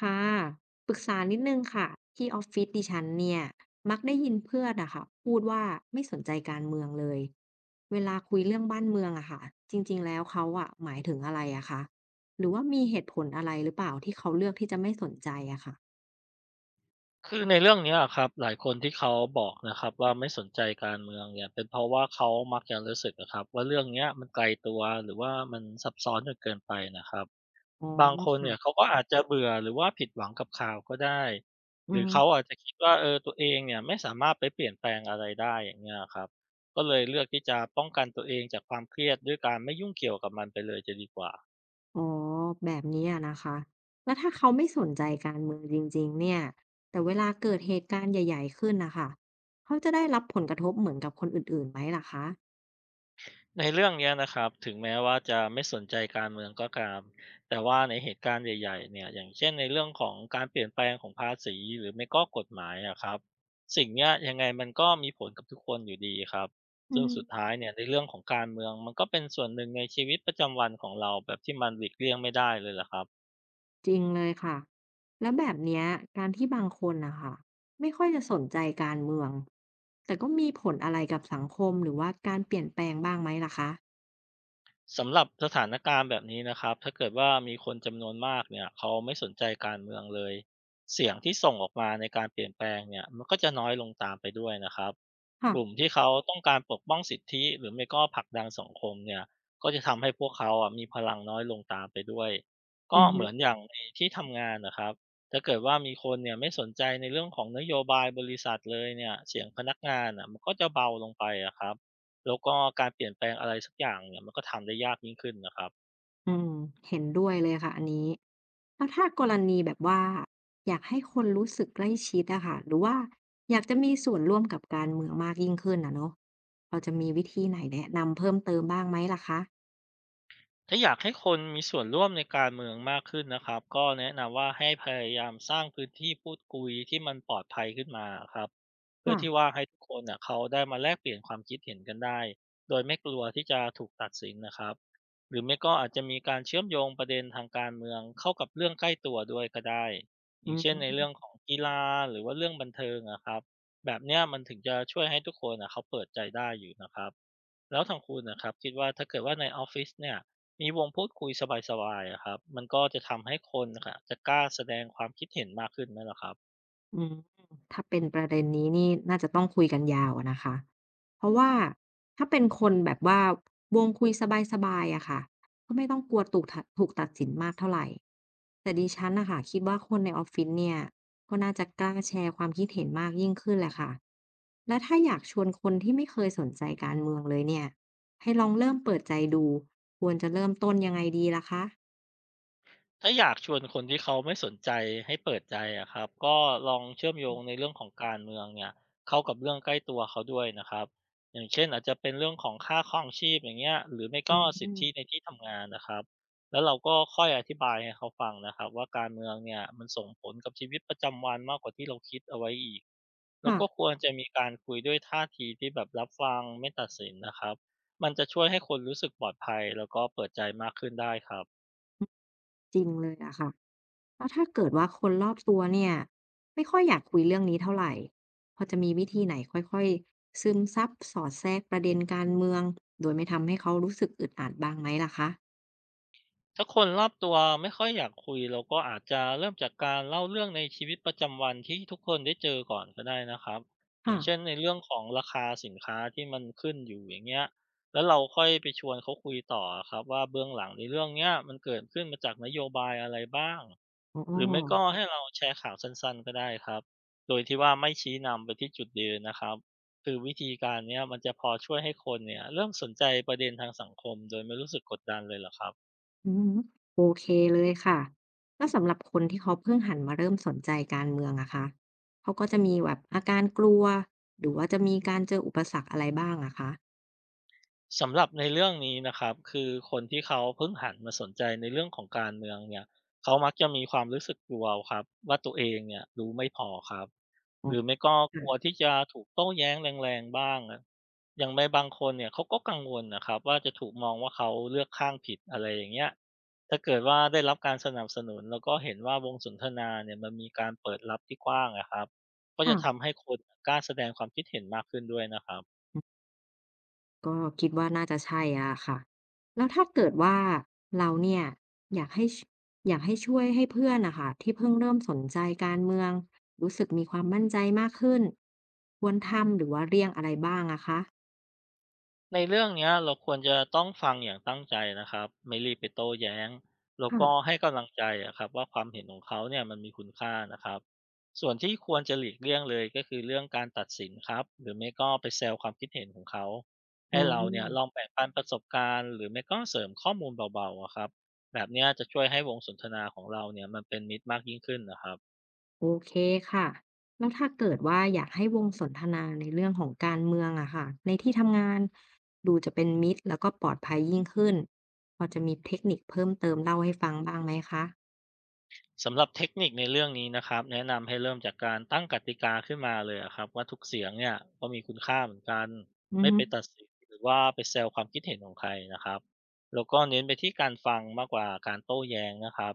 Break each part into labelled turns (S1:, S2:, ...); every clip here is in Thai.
S1: ค่ะปรึกษานิดนึงค่ะที่ออฟฟิศดิฉันเนี่ยมักได้ยินเพื่อนอะค่ะพูดว่าไม่สนใจการเมืองเลยเวลาคุยเรื่องบ้านเมืองอะค่ะจริงๆแล้วเขาอะหมายถึงอะไรอะคะหรือว่ามีเหตุผลอะไรหรือเปล่าที่เขาเลือกที่จะไม่สนใจอะค่ะ
S2: คือในเรื่องเนี้ยอะครับหลายคนที่เขาบอกนะครับว่าไม่สนใจการเมืองเนี่ยเป็นเพราะว่าเขามักจะรู้สึกนะครับว่าเรื่องเนี้ยมันไกลตัวหรือว่ามันซับซ้อนจนเกินไปนะครับ
S1: อ๋อ
S2: บางคน
S1: ค่ะ
S2: เนี่ยเขาก็อาจจะเบื่อหรือว่าผิดหวังกับข่าวก็ได้
S1: อื
S2: หรือ
S1: ม
S2: เขาอาจจะคิดว่าเออตัวเองเนี่ยไม่สามารถไปเปลี่ยนแปลงอะไรได้อย่างเงี้ยครับก็เลยเลือกที่จะป้องกันตัวเองจากความเครียดด้วยการไม่ยุ่งเกี่ยวกับมันไปเลยจะดีกว่า
S1: อ๋อแบบนี้อะนะคะแล้วถ้าเขาไม่สนใจการเมืองจริงๆเนี่ยแต่เวลาเกิดเหตุการณ์ใหญ่ๆขึ้นนะคะเขาจะได้รับผลกระทบเหมือนกับคนอื่นๆไหมล่ะคะ
S2: ในเรื่องเนี้ยนะครับถึงแม้ว่าจะไม่สนใจการเมืองก็ตามแต่ว่าในเหตุการณ์ใหญ่ๆเนี่ยอย่างเช่นในเรื่องของการเปลี่ยนแปลงของภาษีหรือไม่ก็กฎหมายอะครับสิ่งเนี้ยยังไงมันก็มีผลกับทุกคนอยู่ดีครับ
S1: อื
S2: ซึ่ง
S1: ม
S2: สุดท้ายเนี่ยในเรื่องของการเมืองมันก็เป็นส่วนหนึ่งในชีวิตประจำวันของเราแบบที่มันหลีกเลี่ยงไม่ได้เลยล่ะครับ
S1: จริงเลยค่ะแล้วแบบเนี้ยการที่บางคนนะคะไม่ค่อยจะสนใจการเมืองแต่ก็มีผลอะไรกับสังคมหรือว่าการเปลี่ยนแปลงบ้างไหมล่ะคะ
S2: สำหรับสถานการณ์แบบนี้นะครับถ้าเกิดว่ามีคนจำนวนมากเนี่ยเขาไม่สนใจการเมืองเลยเสียงที่ส่งออกมาในการเปลี่ยนแปลงเนี่ยมันก็จะน้อยลงตามไปด้วยนะครับ
S1: ค่ะ
S2: กลุ่มที่เขาต้องการปกป้องสิทธิหรือไม่ก็ผลักดันสังคมเนี่ยก็จะทำให้พวกเขาอ่ะมีพลังน้อยลงตามไปด้วย
S1: อื
S2: ก็
S1: อ
S2: เห
S1: ฮึ
S2: มือนอย่างในที่ทำงานนะครับถ้าเกิดว่ามีคนเนี่ยไม่สนใจในเรื่องของนโยบายบริษัทเลยเนี่ยเสียงพนักงานอ่ะมันก็จะเบาลงไปอะครับแล้วก็การเปลี่ยนแปลงอะไรสักอย่างเนี่ยมันก็ทำได้ยากยิ่งขึ้นนะครับ
S1: อืมเห็นด้วยเลยค่ะอันนี้แล้วถ้ากรณีแบบว่าอยากให้คนรู้สึกใกล้ชิดอะค่ะหรือว่าอยากจะมีส่วนร่วมกับการเมืองมากยิ่งขึ้นนะเนาะเราจะมีวิธีไหนแนะนำเพิ่มเติมบ้างไหมล่ะคะ
S2: ถ้าอยากให้คนมีส่วนร่วมในการเมืองมากขึ้นนะครับก็แนะนำว่าให้พยายามสร้างพื้นที่พูดคุยที่มันปลอดภัยขึ้นมาครับเพื่อ
S1: ค่ะ
S2: ที่ว่าให้ทุกคนน่ะเขาได้มาแลกเปลี่ยนความคิดเห็นกันได้โดยไม่กลัวที่จะถูกตัดสินนะครับหรือไม่ก็อาจจะมีการเชื่อมโยงประเด็นทางการเมืองเข้ากับเรื่องใกล้ตัวด้วยก็ได้อ
S1: อื
S2: ย่างเช่นใน
S1: ม
S2: เรื่องของกีฬาหรือว่าเรื่องบันเทิงนะครับแบบเนี้ยมันถึงจะช่วยให้ทุกคนน่ะเขาเปิดใจได้อยู่นะครับ แล้วทางคุณนะครับคิดว่าถ้าเกิดว่าในออฟฟิศเนี่ยมีวงพูดคุยสบายๆอะครับมันก็จะทำให้คนน่ะครับจะกล้าแสดงความคิดเห็นมากขึ้นไหมเหรอครับ
S1: อืมถ้าเป็นประเด็นนี้นี่น่าจะต้องคุยกันยาวอะนะคะเพราะว่าถ้าเป็นคนแบบว่าวงคุยสบายๆอะค่ะก็ไม่ต้องกลัวถูกตัดสินมากเท่าไหร่แต่ดิฉันนะค่ะคิดว่าคนในออฟฟิศเนี่ยก็น่าจะกล้าแชร์ความคิดเห็นมากยิ่งขึ้นแหละค่ะและถ้าอยากชวนคนที่ไม่เคยสนใจการเมืองเลยเนี่ยให้ลองเริ่มเปิดใจดูควรจะเริ่มต้นยังไงดีล่ะคะ
S2: ถ้าอยากชวนคนที่เขาไม่สนใจให้เปิดใจอะครับก็ลองเชื่อมโยงในเรื่องของการเมืองเนี่ยเข้ากับเรื่องใกล้ตัวเขาด้วยนะครับอย่างเช่นอาจจะเป็นเรื่องของค่าครองชีพอย่างเงี้ยหรือไม่
S1: อื
S2: ก็สิท
S1: ม
S2: ธิในที่ทำงานนะครับแล้วเราก็ค่อยอธิบายให้เขาฟังนะครับว่าการเมืองเนี่ยมันส่งผลกับชีวิตประจำวันมากกว่าที่เราคิดเอาไว้อีกแล้วก็ค
S1: ค่ะ
S2: วรจะมีการคุยด้วยท่าทีที่แบบรับฟังไม่ตัดสินนะครับมันจะช่วยให้คนรู้สึกปลอดภัยแล้วก็เปิดใจมากขึ้นได้ครับ
S1: จริงเลยอะค่ะ แล้วถ้าเกิดว่าคนรอบตัวเนี่ยไม่ค่อยอยากคุยเรื่องนี้เท่าไหร่พอจะมีวิธีไหนค่อยๆซึมซับสอดแทรกประเด็นการเมืองโดยไม่ทำให้เขารู้สึกอึดอัดบ้างไหมล่ะคะ
S2: ถ้าคนรอบตัวไม่ค่อยอยากคุยเราก็อาจจะเริ่มจากการเล่าเรื่องในชีวิตประจำวันที่ทุกคนได้เจอก่อนก็ได้นะครับอย่า
S1: ค่ะ
S2: งเช่นในเรื่องของราคาสินค้าที่มันขึ้นอยู่อย่างเงี้ยแล้วเราค่อยไปชวนเขาคุยต่อครับว่าเบื้องหลังในเรื่องเนี้ยมันเกิดขึ้นมาจากนโยบายอะไรบ้าง
S1: อ๋อ
S2: หรือไม่ก็ให้เราแชร์ข่าวสั้นๆก็ได้ครับโดยที่ว่าไม่ชี้นำไปที่จุดยืนนะครับคือวิธีการเนี้ยมันจะพอช่วยให้คนเนี่ยเริ่มสนใจประเด็นทางสังคมโดยไม่รู้สึกกดดันเลยเหรอครับ
S1: อืมโอเคเลยค่ะแล้วสำหรับคนที่เขาเพิ่งหันมาเริ่มสนใจการเมืองอะคะเขาก็จะมีแบบอาการกลัวหรือว่าจะมีการเจออุปสรรคอะไรบ้างอะคะ
S2: สำหรับในเรื่องนี้นะครับคือคนที่เขาเพิ่งหันมาสนใจในเรื่องของการเมืองเนี่ยเขามักจะมีความรู้สึกกลัวครับว่าตัวเองเนี่ยรู้ไม่พอครับ
S1: อ๋
S2: ห
S1: อ
S2: รือไม่ก็กลัวที่จะถูกโต้แย้งแรงๆบ้างอะอย่างในบางคนเนี่ยเขาก็กังวลนะครับว่าจะถูกมองว่าเขาเลือกข้างผิดอะไรอย่างเงี้ยถ้าเกิดว่าได้รับการสนับสนุนแล้วก็เห็นว่าวงสนทนาเนี่ยมันมีการเปิดรับที่กว้างนะครับก็จะ
S1: ค่ะ
S2: ทำให้คนกล้าแสดงความคิดเห็นมากขึ้นด้วยนะครับ
S1: ก็คิดว่าน่าจะใช่อะค่ะแล้วถ้าเกิดว่าเราเนี่ยอยากให้ชอยากให้ช่วยให้เพื่อนนะคะที่เพิ่งเริ่มสนใจการเมืองรู้สึกมีความมั่นใจมากขึ้นควรทำหรือว่าเลี่ยงอะไรบ้างอะคะ
S2: ในเรื่องเนี้ยเราควรจะต้องฟังอย่างตั้งใจนะครับไม่รีบไปโต้แย้งแล้ว
S1: ค่ะ
S2: ก็ให้กำลังใจอะครับว่าความเห็นของเขาเนี่ยมันมีคุณค่านะครับส่วนที่ควรจะหลีกเลี่ยงเลยก็คือเรื่องการตัดสินครับหรือไม่ก็ไปแซวความคิดเห็นของเขา
S1: อื
S2: ให้เราเนี่ยลอง
S1: ม
S2: แบ่งปันประสบการณ์หรือไม่ก็เสริมข้อมูลเบาๆอะครับแบบเนี้ยจะช่วยให้วงสนทนาของเราเนี่ยมันเป็นมิตรมากยิ่งขึ้นนะครับ
S1: โอเคค่ะแล้วถ้าเกิดว่าอยากให้วงสนทนาในเรื่องของการเมืองอะค่ะในที่ทำงานดูจะเป็นมิตรแล้วก็ปลอดภัยยิ่งขึ้นพอจะมีเทคนิคเพิ่มเติมเล่าให้ฟังบ้างไหมคะ
S2: สำหรับเทคนิคในเรื่องนี้นะครับแนะนำให้เริ่มจากการตั้งกติกาขึ้นมาเลยอะครับว่าทุกเสียงเนี่ยก็มีคุณค่าเหมือนกัน
S1: อือ
S2: ไม่
S1: ฮึ
S2: ไปตัดสินหรือว่าไปแซวความคิดเห็นของใครนะครับแล้วก็เน้นไปที่การฟังมากกว่าการโต้แย้งนะครับ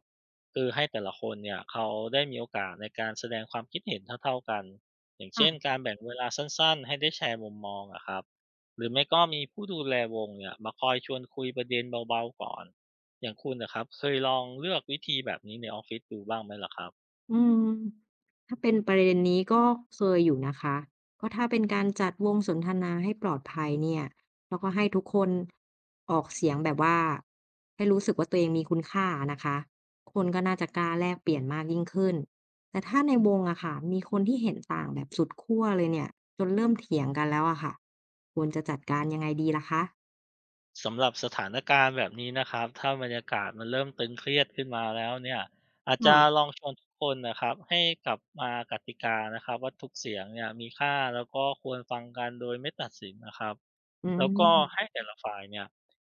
S2: คือให้แต่ละคนเนี่ยเขาได้มีโอกาสในการแสดงความคิดเห็นเท่าๆกันอย่าง
S1: ค่ะ
S2: เช่นการแบ่งเวลาสั้นๆให้ได้แชร์มุมมองอะครับหรือไม่ก็มีผู้ดูแลวงเนี่ยมาคอยชวนคุยประเด็นเบาๆก่อน อย่างคุณนะครับเคยลองเลือกวิธีแบบนี้ในออฟฟิศดูบ้างไหมล่ะครับ
S1: อืมถ้าเป็นประเด็นนี้ก็เคยอยู่นะคะก็ถ้าเป็นการจัดวงสนทนาให้ปลอดภัยเนี่ยแล้วก็ให้ทุกคนออกเสียงแบบว่าให้รู้สึกว่าตัวเองมีคุณค่านะคะคนก็น่าจะกล้าแลกเปลี่ยนมากยิ่งขึ้นแต่ถ้าในวงอะค่ะมีคนที่เห็นต่างแบบสุดขั้วเลยเนี่ยจนเริ่มเถียงกันแล้วอะค่ะควรจะจัดการยังไงดีล่ะคะ
S2: สำหรับสถานการณ์แบบนี้นะครับถ้าบรรยากาศมันเริ่มตึงเครียดขึ้นมาแล้วเนี่ยอาจจะล
S1: ค่ะ
S2: องชวนทุกคนนะครับให้กลับมากติกานะครับว่าทุกเสียงเนี่ยมีค่าแล้วก็ควรฟังกันโดยไม่ตัดสินนะครับ
S1: อื
S2: แล้วก็ให้
S1: ม
S2: แต่ละฝ่ายเนี่ย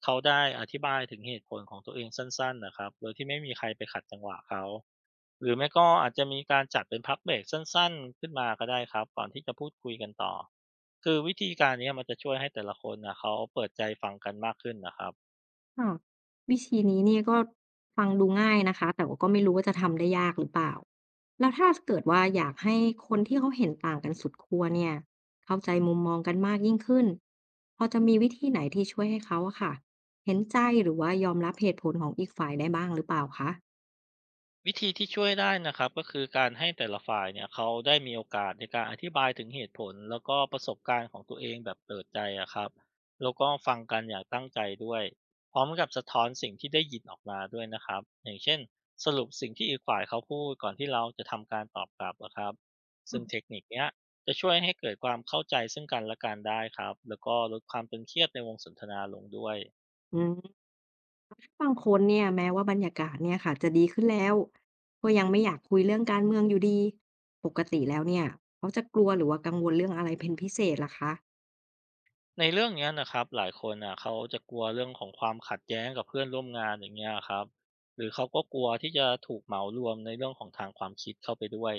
S2: เขาได้อธิบายถึงเหตุผลของตัวเองสั้นๆนะครับโดยที่ไม่มีใครไปขัดจังหวะเขา หรือไม่ก็อาจจะมีการจัดเป็นพักเบรกสั้นๆขึ้นมาก็ได้ครับก่อนที่จะพูดคุยกันต่อคือวิธีการเนี้ยมันจะช่วยให้แต่ละคนนะเขาเปิดใจฟังกันมากขึ้นนะครับ
S1: ค่ะวิธีนี้เนี่ยก็ฟังดูง่ายนะคะแต่ว่าก็ไม่รู้ว่าจะทำได้ยากหรือเปล่าแล้วถ้าเกิดว่าอยากให้คนที่เขาเห็นต่างกันสุดขั้วเนี่ยเข้าใจมุมมองกันมากยิ่งขึ้นพอจะมีวิธีไหนที่ช่วยให้เขาอะค่ะเห็นใจหรือว่ายอมรับเหตุผลของอีกฝ่ายได้บ้างหรือเปล่าคะ
S2: วิธีที่ช่วยได้นะครับก็คือการให้แต่ละฝ่ายเนี่ยเขาได้มีโอกาสในการอธิบายถึงเหตุผลแล้วก็ประสบการณ์ของตัวเองแบบเปิดใจอะครับแล้วก็ฟังกันอย่างตั้งใจด้วยพร้อมกับสะท้อนสิ่งที่ได้ยินออกมาด้วยนะครับอย่างเช่นสรุปสิ่งที่อีกฝ่ายเขาพูดก่อนที่เราจะทำการตอบกลับอะครับซึ่งเทคนิคเนี้ยจะช่วยให้เกิดความเข้าใจซึ่งกันและกันได้ครับแล้วก็ลดความตึงเครียดในวงสนทนาลงด้วย
S1: อืมบางคนเนี่ยแม้ว่าบรรยากาศเนี่ยค่ะจะดีขึ้นแล้วก็ยังไม่อยากคุยเรื่องการเมืองอยู่ดีปกติแล้วเนี่ยเขาจะกลัวหรือว่ากังวลเรื่องอะไรเป็นพิเศษล่ะค
S2: ในเรื่องเนี้ยนะครับหลายคนอ่ะเขาจะกลัวเรื่องของความขัดแย้งกับเพื่อนร่วมงานอย่างเงี้ยครับหรือเขาก็กลัวที่จะถูกเหมารวมในเรื่องของทางความคิดเข้าไปด้วย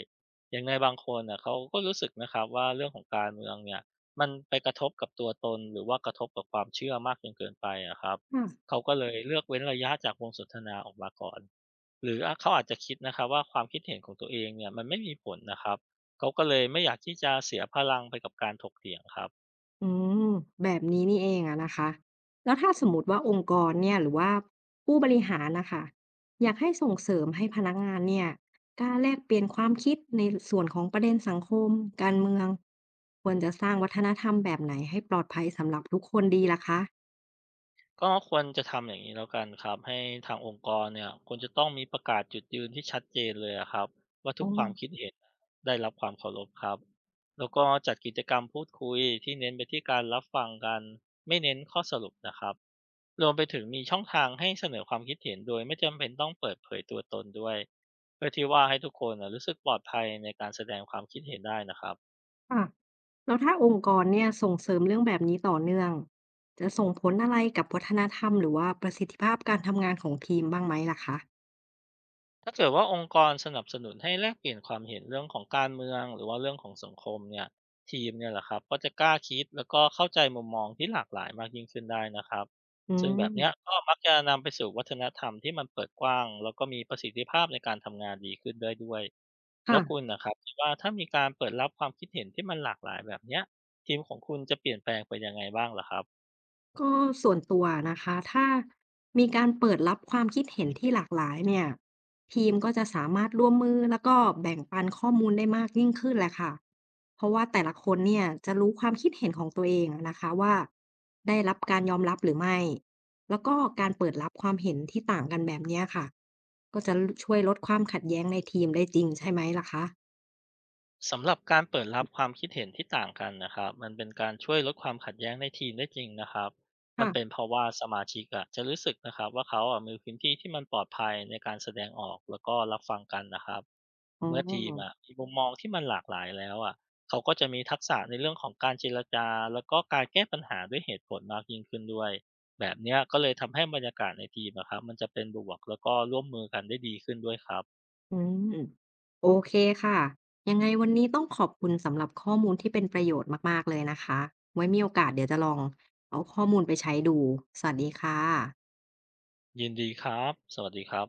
S2: อย่างในบางคนอ่ะเขาก็รู้สึกนะครับว่าเรื่องของการเมืองเนี่ยมันไปกระทบกับตัวตนหรือว่ากระทบกับความเชื่อมากจนเกินไปอะครับ
S1: คะ
S2: เขาก็เลยเลือกเว้นระยะจากวงสนทนาออกมาก่อนหรือเขาอาจจะคิดนะครับว่าความคิดเห็นของตัวเองเนี่ยมันไม่มีผลนะครับเขาก็เลยไม่อยากที่จะเสียพลังไปกับการถกเถียงครับ
S1: อืมแบบนี้นี่เองอะนะคะแล้วถ้าสมมติว่าองค์กรเนี่ยหรือว่าผู้บริหารนะคะอยากให้ส่งเสริมให้พนักงานเนี่ยกล้าแลกเปลี่ยนความคิดในส่วนของประเด็นสังคมการเมืองควรจะสร้างวัฒนธรรมแบบไหนให้ปลอดภัยสำหรับทุกคนดีล่ะคะ
S2: ก็ควรจะทำอย่างนี้แล้วกันครับให้ทางองค์กรเนี่ยควรจะต้องมีประกาศจุดยืนที่ชัดเจนเลยอะครับว่าทุ
S1: อ๋อ
S2: กความคิดเห็นได้รับความเคารพครับแล้วก็จัดกิจกรรมพูดคุยที่เน้นไปที่การรับฟังกันไม่เน้นข้อสรุปนะครับรวมไปถึงมีช่องทางให้เสนอความคิดเห็นโดยไม่จำเป็นต้องเปิดเผยตัวตนด้วยเพื่อที่ว่าให้ทุกคนนะรู้สึกปลอดภัยในการแสดงความคิดเห็นได้นะครับ
S1: ค่ะแล้วถ้าองค์กรเนี่ยส่งเสริมเรื่องแบบนี้ต่อเนื่องจะส่งผลอะไรกับวัฒนธรรมหรือว่าประสิทธิภาพการทำงานของทีมบ้างไหมล่ะคะ
S2: ถ้าเกิดว่าองค์กรสนับสนุนให้แลกเปลี่ยนความเห็นเรื่องของการเมืองหรือว่าเรื่องของสังคมเนี่ยทีมเนี่ยแหละครับก็จะกล้าคิดแล้วก็เข้าใจมุมมองที่หลากหลายมากยิ่งขึ้นได้นะครับ
S1: อื
S2: ซึ่งแบบเนี้ย
S1: ม
S2: ก็มักจะนำไปสู่วัฒนธรรมที่มันเปิดกว้างแล้วก็มีประสิทธิภาพในการทำงานดีขึ้นได้ด้วยแล้วคุณ
S1: ค่ะ
S2: นะครับคิดว่าถ้ามีการเปิดรับความคิดเห็นที่มันหลากหลายแบบเนี้ยทีมของคุณจะเปลี่ยนแปลงไปยังไงบ้างเหรอครับ
S1: ก็ส่วนตัวนะคะถ้ามีการเปิดรับความคิดเห็นที่หลากหลายเนี่ยทีมก็จะสามารถร่วมมือแล้วก็แบ่งปันข้อมูลได้มากยิ่งขึ้นแหละค่ะเพราะว่าแต่ละคนเนี่ยจะรู้ความคิดเห็นของตัวเองนะคะว่าได้รับการยอมรับหรือไม่แล้วก็การเปิดรับความเห็นที่ต่างกันแบบเนี้ยค่ะก็จะช่วยลดความขัดแย้งในทีมได้จริงใช่ไหมล่ะคะ
S2: สำหรับการเปิดรับความคิดเห็นที่ต่างกันนะครับมันเป็นการช่วยลดความขัดแย้งในทีมได้จริงนะครับมั
S1: ค่ะ
S2: นเป็นเพราะว่าสมาชิกอะจะรู้สึกนะครับว่าเขาอะมีพื้นที่ที่มันปลอดภัยในการแสดงออกแล้วก็รับฟังกันนะครับ
S1: อ๋อ
S2: เมื่อทีมอะมีมุมมองที่มันหลากหลายแล้วอะเขาก็จะมีทักษะในเรื่องของการเจรจาแล้วก็การแก้ปัญหาด้วยเหตุผลมากยิ่งขึ้นด้วยแบบเนี้ยก็เลยทำให้บรรยากาศในทีมอะครับมันจะเป็นบวกแล้วก็ร่วมมือกันได้ดีขึ้นด้วยครับ
S1: อืมโอเคค่ะยังไงวันนี้ต้องขอบคุณสำหรับข้อมูลที่เป็นประโยชน์มากๆเลยนะคะไว้มีโอกาสเดี๋ยวจะลองเอาข้อมูลไปใช้ดูสวัสดีค่ะ
S2: ยินดีครับสวัสดีครับ